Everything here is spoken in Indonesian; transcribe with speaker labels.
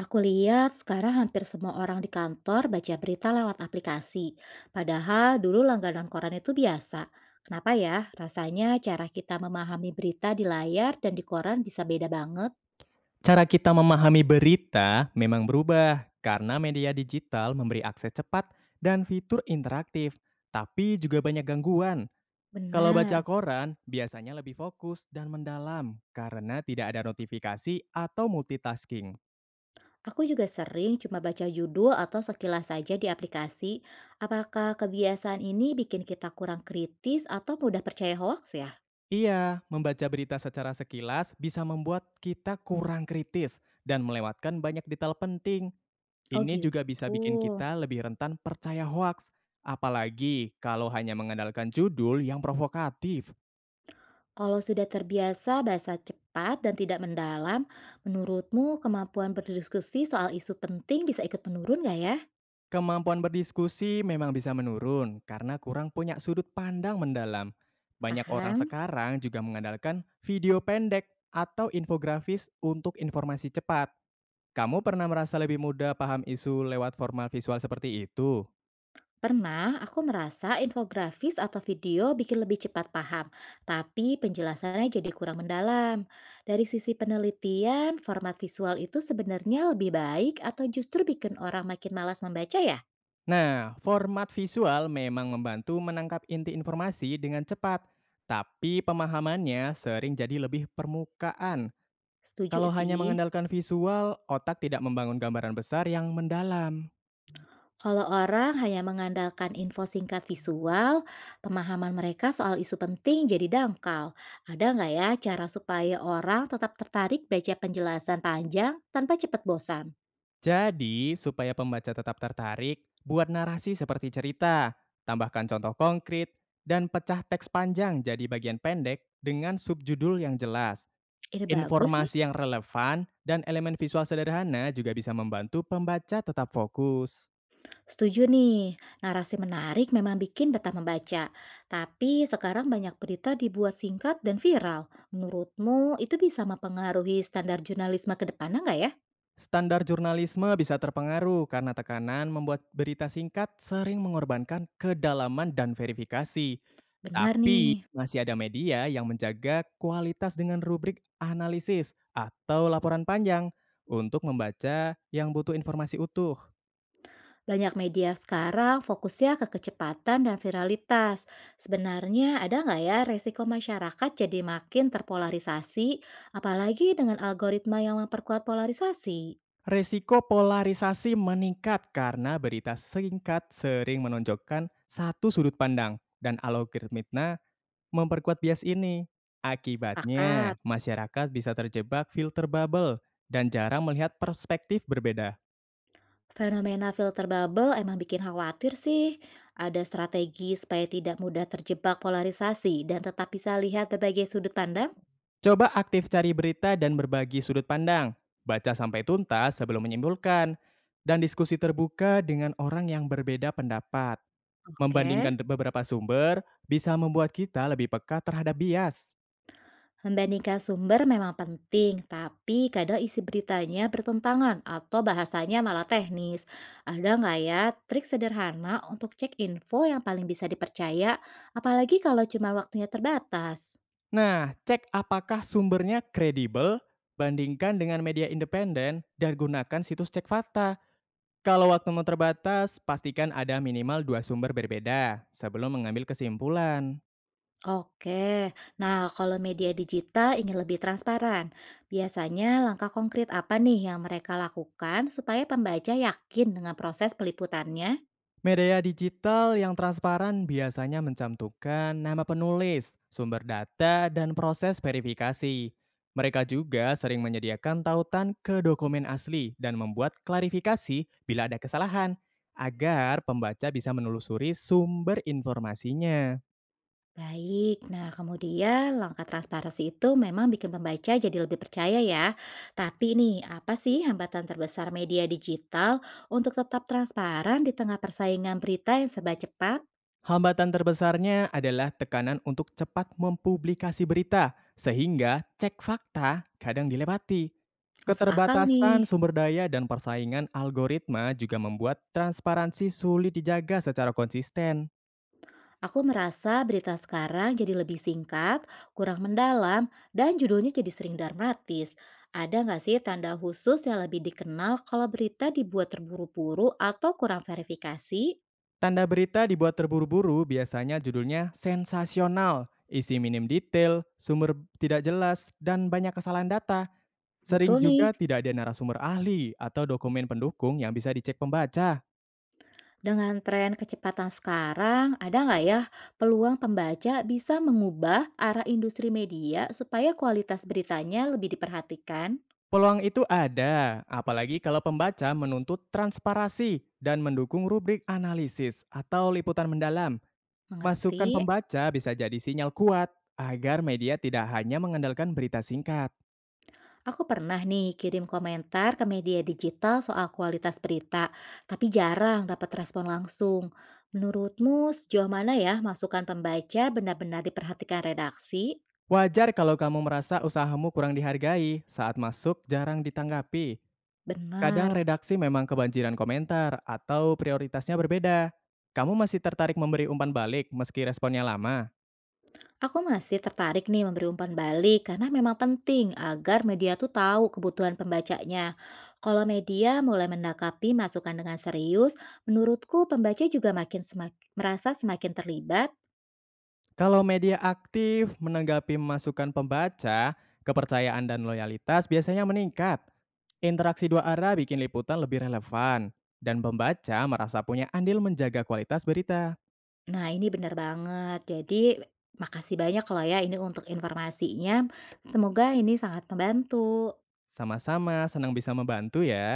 Speaker 1: Aku lihat sekarang hampir semua orang di kantor baca berita lewat aplikasi. Padahal dulu langganan koran itu biasa. Kenapa ya? Rasanya cara kita memahami berita di layar dan di koran bisa beda banget.
Speaker 2: Cara kita memahami berita memang berubah karena media digital memberi akses cepat dan fitur interaktif, tapi juga banyak gangguan. Kalau
Speaker 1: Benar.
Speaker 2: baca koran, biasanya lebih fokus dan mendalam karena tidak ada notifikasi atau multitasking.
Speaker 1: Aku juga sering cuma baca judul atau sekilas saja di aplikasi. Apakah kebiasaan ini bikin kita kurang kritis atau mudah percaya hoax ya?
Speaker 2: Iya, membaca berita secara sekilas bisa membuat kita kurang kritis dan melewatkan banyak detail penting.
Speaker 1: Oh
Speaker 2: Ini juga
Speaker 1: gitu.
Speaker 2: bisa bikin kita lebih rentan percaya hoaks, apalagi kalau hanya mengandalkan judul yang provokatif.
Speaker 1: Kalau sudah terbiasa bahasa cepat dan tidak mendalam, menurutmu kemampuan berdiskusi soal isu penting bisa ikut menurun nggak ya?
Speaker 2: Kemampuan berdiskusi memang bisa menurun karena kurang punya sudut pandang mendalam. Banyak orang
Speaker 1: Paham?
Speaker 2: sekarang juga mengandalkan video pendek atau infografis untuk informasi cepat. Kamu pernah merasa lebih mudah paham isu lewat format visual seperti itu?
Speaker 1: Pernah aku merasa infografis atau video bikin lebih cepat paham, tapi penjelasannya jadi kurang mendalam. Dari sisi penelitian, format visual itu sebenarnya lebih baik atau justru bikin orang makin malas membaca ya?
Speaker 2: Nah, format visual memang membantu menangkap inti informasi dengan cepat, tapi pemahamannya sering jadi lebih permukaan.
Speaker 1: Setuju
Speaker 2: Kalau hanya
Speaker 1: sih.
Speaker 2: mengandalkan visual, otak tidak membangun gambaran besar yang mendalam.
Speaker 1: Kalau orang hanya mengandalkan info singkat visual, pemahaman mereka soal isu penting jadi dangkal. Ada nggak ya cara supaya orang tetap tertarik baca penjelasan panjang tanpa cepat bosan?
Speaker 2: Jadi, supaya pembaca tetap tertarik, buat narasi seperti cerita, tambahkan contoh konkret, dan pecah teks panjang jadi bagian pendek dengan subjudul yang jelas.
Speaker 1: Ide bagus nih.
Speaker 2: Informasi yang relevan dan elemen visual sederhana juga bisa membantu pembaca tetap fokus.
Speaker 1: Setuju nih, narasi menarik memang bikin betah membaca. Tapi sekarang banyak berita dibuat singkat dan viral. Menurutmu itu bisa mempengaruhi standar jurnalisme ke depannya nggak ya?
Speaker 2: Standar jurnalisme bisa terpengaruh karena tekanan membuat berita singkat sering mengorbankan kedalaman dan verifikasi.
Speaker 1: Benar
Speaker 2: Tapi
Speaker 1: nih.
Speaker 2: masih ada media yang menjaga kualitas dengan rubrik analisis atau laporan panjang untuk membaca yang butuh informasi utuh.
Speaker 1: Banyak media sekarang fokusnya ke kecepatan dan viralitas. Sebenarnya ada nggak ya resiko masyarakat jadi makin terpolarisasi, apalagi dengan algoritma yang memperkuat polarisasi?
Speaker 2: Resiko polarisasi meningkat karena berita singkat sering menonjolkan satu sudut pandang dan algoritma memperkuat bias ini. Akibatnya,
Speaker 1: Sepakat.
Speaker 2: masyarakat bisa terjebak filter bubble dan jarang melihat perspektif berbeda.
Speaker 1: Fenomena filter bubble emang bikin khawatir sih. Ada strategi supaya tidak mudah terjebak polarisasi dan tetap bisa lihat berbagai sudut pandang?
Speaker 2: Coba aktif cari berita dan berbagi sudut pandang. Baca sampai tuntas sebelum menyimpulkan. Dan diskusi terbuka dengan orang yang berbeda pendapat.
Speaker 1: Oke.
Speaker 2: Membandingkan beberapa sumber bisa membuat kita lebih peka terhadap bias.
Speaker 1: Membandingkan sumber memang penting, tapi kadang isi beritanya bertentangan atau bahasanya malah teknis. Ada nggak ya trik sederhana untuk cek info yang paling bisa dipercaya, apalagi kalau cuma waktunya terbatas?
Speaker 2: Nah, cek apakah sumbernya kredibel, bandingkan dengan media independen, dan gunakan situs cek fakta. Kalau waktumu terbatas, pastikan ada minimal dua sumber berbeda sebelum mengambil kesimpulan.
Speaker 1: Oke, nah kalau media digital ingin lebih transparan, biasanya langkah konkret apa nih yang mereka lakukan supaya pembaca yakin dengan proses peliputannya?
Speaker 2: Media digital yang transparan biasanya mencantumkan nama penulis, sumber data, dan proses verifikasi. Mereka juga sering menyediakan tautan ke dokumen asli dan membuat klarifikasi bila ada kesalahan, agar pembaca bisa menelusuri sumber informasinya.
Speaker 1: Baik, nah kemudian langkah transparansi itu memang bikin pembaca jadi lebih percaya ya. Tapi nih, apa sih hambatan terbesar media digital untuk tetap transparan di tengah persaingan berita yang serba cepat?
Speaker 2: Hambatan terbesarnya adalah tekanan untuk cepat mempublikasi berita, sehingga cek fakta kadang dilewati.
Speaker 1: Masuk akal nih.
Speaker 2: Keterbatasan sumber daya dan persaingan algoritma juga membuat transparansi sulit dijaga secara konsisten.
Speaker 1: Aku merasa berita sekarang jadi lebih singkat, kurang mendalam, dan judulnya jadi sering dramatis. Ada nggak sih tanda khusus yang lebih dikenal kalau berita dibuat terburu-buru atau kurang verifikasi?
Speaker 2: Tanda berita dibuat terburu-buru biasanya judulnya sensasional, isi minim detail, sumber tidak jelas, dan banyak kesalahan data. Sering
Speaker 1: Betul nih.
Speaker 2: juga tidak ada narasumber ahli atau dokumen pendukung yang bisa dicek pembaca.
Speaker 1: Dengan tren kecepatan sekarang, ada nggak ya peluang pembaca bisa mengubah arah industri media supaya kualitas beritanya lebih diperhatikan?
Speaker 2: Peluang itu ada, apalagi kalau pembaca menuntut transparansi dan mendukung rubrik analisis atau liputan mendalam. Masukan
Speaker 1: Mengerti?
Speaker 2: pembaca bisa jadi sinyal kuat agar media tidak hanya mengandalkan berita singkat.
Speaker 1: Aku pernah nih kirim komentar ke media digital soal kualitas berita, tapi jarang dapat respon langsung. Menurutmu sejauh mana ya masukan pembaca benar-benar diperhatikan redaksi?
Speaker 2: Wajar kalau kamu merasa usahamu kurang dihargai saat masuk jarang ditanggapi.
Speaker 1: Benar.
Speaker 2: Kadang redaksi memang kebanjiran komentar atau prioritasnya berbeda. Kamu masih tertarik memberi umpan balik meski responnya lama?
Speaker 1: Aku masih tertarik nih memberi umpan balik karena memang penting agar media tuh tahu kebutuhan pembacanya. Kalau media mulai menanggapi masukan dengan serius, menurutku pembaca juga makin merasa semakin terlibat.
Speaker 2: Kalau media aktif menanggapi masukan pembaca, kepercayaan dan loyalitas biasanya meningkat. Interaksi dua arah bikin liputan lebih relevan, dan pembaca merasa punya andil menjaga kualitas berita.
Speaker 1: Nah, ini benar banget. Jadi, makasih banyak loh ya ini untuk informasinya. Semoga ini sangat membantu.
Speaker 2: Sama-sama senang bisa membantu ya.